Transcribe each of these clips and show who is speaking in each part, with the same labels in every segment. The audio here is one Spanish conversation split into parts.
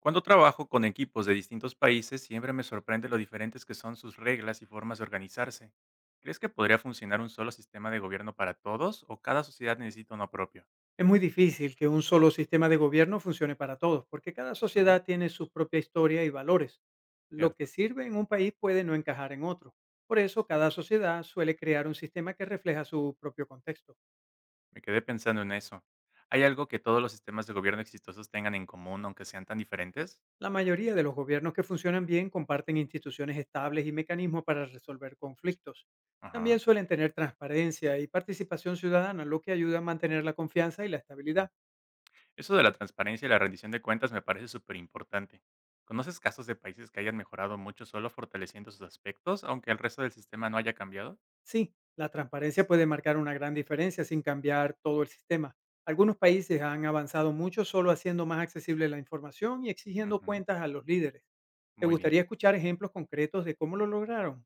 Speaker 1: Cuando trabajo con equipos de distintos países, siempre me sorprende lo diferentes que son sus reglas y formas de organizarse. ¿Crees que podría funcionar un solo sistema de gobierno para todos o cada sociedad necesita uno propio?
Speaker 2: Es muy difícil que un solo sistema de gobierno funcione para todos, porque cada
Speaker 1: Ujú.
Speaker 2: sociedad tiene su propia historia y valores. Lo que
Speaker 1: Cierto.
Speaker 2: sirve en un país puede no encajar en otro. Por eso, cada sociedad suele crear un sistema que refleja su propio contexto.
Speaker 1: Me quedé pensando en eso. ¿Hay algo que todos los sistemas de gobierno exitosos tengan en común, aunque sean tan diferentes?
Speaker 2: La mayoría de los gobiernos que funcionan bien comparten instituciones estables y mecanismos para resolver conflictos. También
Speaker 1: Ajá.
Speaker 2: suelen tener transparencia y participación ciudadana, lo que ayuda a mantener la confianza y la estabilidad.
Speaker 1: Eso de la transparencia y la rendición de cuentas me parece súper importante. ¿Conoces casos de países que hayan mejorado mucho solo fortaleciendo sus aspectos, aunque el resto del sistema no haya cambiado?
Speaker 2: Sí, la transparencia puede marcar una gran diferencia sin cambiar todo el sistema. Algunos países han avanzado mucho solo haciendo más accesible la información y exigiendo
Speaker 1: Ujú.
Speaker 2: cuentas a los líderes. ¿Te
Speaker 1: Muy bien.
Speaker 2: gustaría escuchar ejemplos concretos de cómo lo lograron?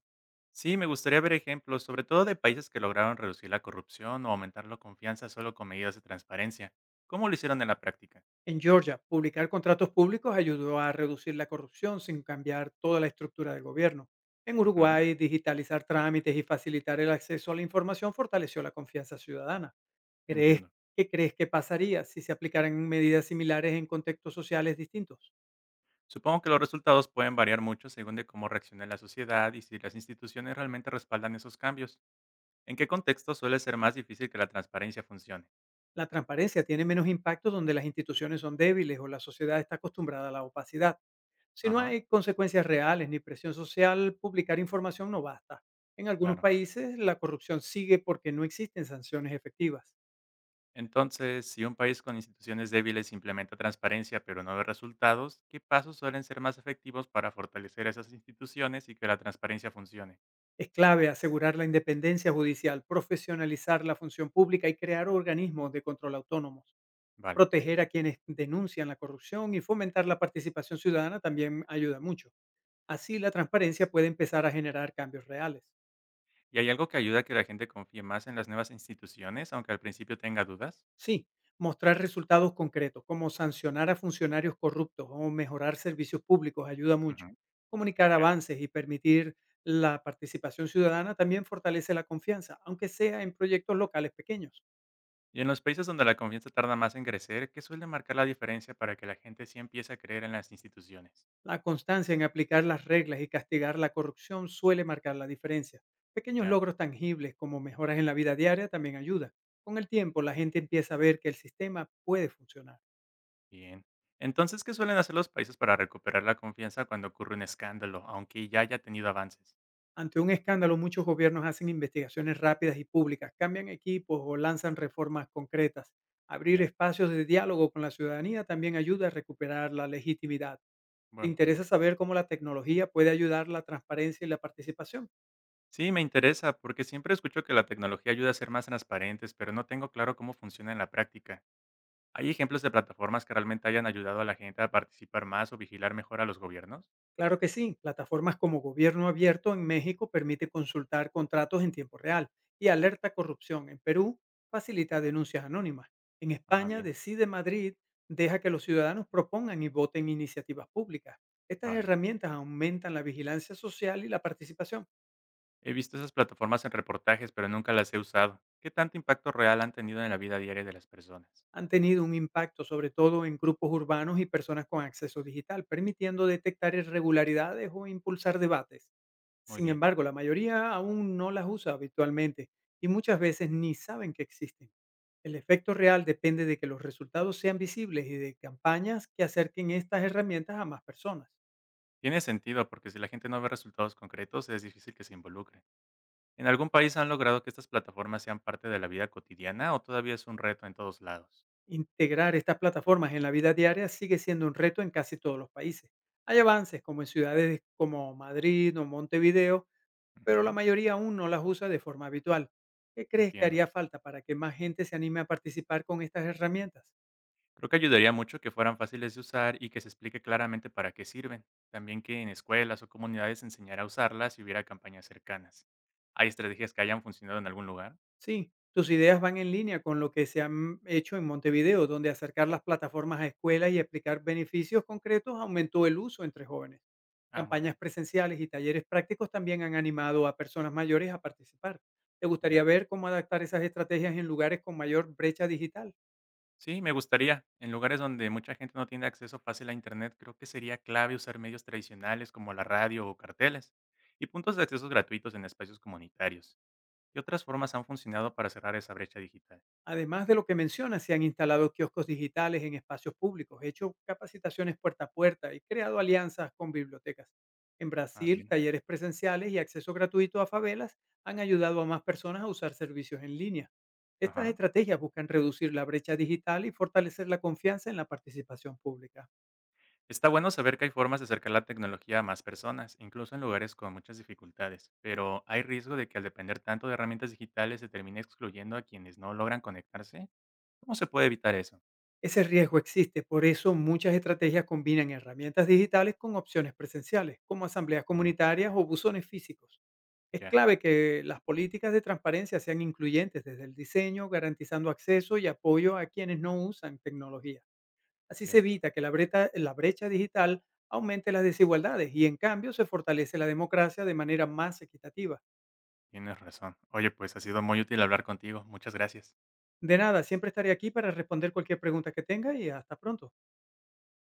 Speaker 1: Sí, me gustaría ver ejemplos, sobre todo de países que lograron reducir la corrupción o aumentar la confianza solo con medidas de transparencia. ¿Cómo lo hicieron en la práctica?
Speaker 2: En Georgia, publicar contratos públicos ayudó a reducir la corrupción sin cambiar toda la estructura del gobierno. En
Speaker 1: Ujú,
Speaker 2: Uruguay, digitalizar trámites y facilitar el acceso a la información fortaleció la confianza ciudadana. ¿Crees,
Speaker 1: entiendo.
Speaker 2: ¿Qué crees que pasaría si se aplicaran medidas similares en contextos sociales distintos?
Speaker 1: Supongo que los resultados pueden variar mucho según de cómo reaccione la sociedad y si las instituciones realmente respaldan esos cambios. ¿En qué contexto suele ser más difícil que la transparencia funcione?
Speaker 2: La transparencia tiene menos impacto donde las instituciones son débiles o la sociedad está acostumbrada a la opacidad. Si no
Speaker 1: Ajá,
Speaker 2: hay consecuencias reales ni presión social, publicar información no basta. En algunos
Speaker 1: claro.
Speaker 2: países la corrupción sigue porque no existen sanciones efectivas.
Speaker 1: Entonces, si un país con instituciones débiles implementa transparencia pero no ve resultados, ¿qué pasos suelen ser más efectivos para fortalecer esas instituciones y que la transparencia funcione?
Speaker 2: Es clave asegurar la independencia judicial, profesionalizar la función pública y crear organismos de control autónomos.
Speaker 1: Vale.
Speaker 2: Proteger a quienes denuncian la corrupción y fomentar la participación ciudadana también ayuda mucho. Así la transparencia puede empezar a generar cambios reales.
Speaker 1: ¿Y hay algo que ayuda a que la gente confíe más en las nuevas instituciones, aunque al principio tenga dudas?
Speaker 2: Sí, mostrar resultados concretos, como sancionar a funcionarios corruptos o mejorar servicios públicos, ayuda mucho.
Speaker 1: Ujú,
Speaker 2: Comunicar
Speaker 1: ya.
Speaker 2: avances y permitir la participación ciudadana también fortalece la confianza, aunque sea en proyectos locales pequeños.
Speaker 1: Y en los países donde la confianza tarda más en crecer, ¿qué suele marcar la diferencia para que la gente sí empiece a creer en las instituciones?
Speaker 2: La constancia en aplicar las reglas y castigar la corrupción suele marcar la diferencia. Pequeños
Speaker 1: Ya,
Speaker 2: logros tangibles como mejoras en la vida diaria también ayuda. Con el tiempo, la gente empieza a ver que el sistema puede funcionar.
Speaker 1: bien. Entonces, ¿qué suelen hacer los países para recuperar la confianza cuando ocurre un escándalo, aunque ya haya tenido avances?
Speaker 2: Ante un escándalo, muchos gobiernos hacen investigaciones rápidas y públicas, cambian equipos o lanzan reformas concretas. Abrir
Speaker 1: Ya,
Speaker 2: espacios de diálogo con la ciudadanía también ayuda a recuperar la legitimidad. ¿Te
Speaker 1: buen
Speaker 2: interesa
Speaker 1: punto.
Speaker 2: saber cómo la tecnología puede ayudar la transparencia y la participación?
Speaker 1: Sí, me interesa, porque siempre escucho que la tecnología ayuda a ser más transparentes, pero no tengo claro cómo funciona en la práctica. ¿Hay ejemplos de plataformas que realmente hayan ayudado a la gente a participar más o vigilar mejor a los gobiernos?
Speaker 2: Claro que sí, plataformas como Gobierno Abierto en México permite consultar contratos en tiempo real y Alerta Corrupción en Perú facilita denuncias anónimas. En
Speaker 1: Ah,
Speaker 2: España,
Speaker 1: bien,
Speaker 2: Decide Madrid deja que los ciudadanos propongan y voten iniciativas públicas. Estas
Speaker 1: vale.
Speaker 2: herramientas aumentan la vigilancia social y la participación.
Speaker 1: He visto esas plataformas en reportajes, pero nunca las he usado. ¿Qué tanto impacto real han tenido en la vida diaria de las personas?
Speaker 2: Han tenido un impacto sobre todo en grupos urbanos y personas con acceso digital, permitiendo detectar irregularidades o impulsar debates.
Speaker 1: Muy
Speaker 2: Sin
Speaker 1: bien.
Speaker 2: embargo, la mayoría aún no las usa habitualmente y muchas veces ni saben que existen. El efecto real depende de que los resultados sean visibles y de campañas que acerquen estas herramientas a más personas.
Speaker 1: Tiene sentido, porque si la gente no ve resultados concretos, es difícil que se involucre. ¿En algún país han logrado que estas plataformas sean parte de la vida cotidiana o todavía es un reto en todos lados?
Speaker 2: Integrar estas plataformas en la vida diaria sigue siendo un reto en casi todos los países. Hay avances como en ciudades como Madrid o Montevideo, pero la
Speaker 1: Ujú.
Speaker 2: mayoría aún no las usa de forma habitual. ¿Qué crees que
Speaker 1: Entiendo.
Speaker 2: haría falta para que más gente se anime a participar con estas herramientas?
Speaker 1: Creo que ayudaría mucho que fueran fáciles de usar y que se explique claramente para qué sirven. También que en escuelas o comunidades se enseñara a usarlas si hubiera campañas cercanas. ¿Hay estrategias que hayan funcionado en algún lugar?
Speaker 2: Sí, tus ideas van en línea con lo que se han hecho en Montevideo, donde acercar las plataformas a escuelas y explicar beneficios concretos aumentó el uso entre jóvenes.
Speaker 1: Ah, muy
Speaker 2: Campañas
Speaker 1: bien.
Speaker 2: presenciales y talleres prácticos también han animado a personas mayores a participar. ¿Te gustaría
Speaker 1: Ya.
Speaker 2: ver cómo adaptar esas estrategias en lugares con mayor brecha digital?
Speaker 1: Sí, me gustaría. En lugares donde mucha gente no tiene acceso fácil a Internet, creo que sería clave usar medios tradicionales como la radio o carteles y puntos de acceso gratuitos en espacios comunitarios. ¿Qué otras formas han funcionado para cerrar esa brecha digital?
Speaker 2: Además de lo que menciona, se han instalado kioscos digitales en espacios públicos, hecho capacitaciones puerta a puerta y creado alianzas con bibliotecas. En
Speaker 1: Ah,
Speaker 2: Brasil,
Speaker 1: bien.
Speaker 2: talleres presenciales y acceso gratuito a favelas han ayudado a más personas a usar servicios en línea. Estas
Speaker 1: Ajá.
Speaker 2: estrategias buscan reducir la brecha digital y fortalecer la confianza en la participación pública.
Speaker 1: Está bueno saber que hay formas de acercar la tecnología a más personas, incluso en lugares con muchas dificultades, pero ¿hay riesgo de que al depender tanto de herramientas digitales se termine excluyendo a quienes no logran conectarse? ¿Cómo se puede evitar eso?
Speaker 2: Ese riesgo existe, por eso muchas estrategias combinan herramientas digitales con opciones presenciales, como asambleas
Speaker 1: Ujú.
Speaker 2: comunitarias o buzones físicos. Es
Speaker 1: Ya,
Speaker 2: clave que las políticas de transparencia sean incluyentes desde el diseño, garantizando acceso y apoyo a quienes no usan tecnología. Así se
Speaker 1: cierto.
Speaker 2: evita que la brecha digital aumente las desigualdades y en cambio se fortalece la democracia de manera más equitativa.
Speaker 1: Tienes razón. Oye, pues ha sido muy útil hablar contigo. Muchas gracias.
Speaker 2: De nada, siempre estaré aquí para responder cualquier pregunta que tenga y hasta pronto.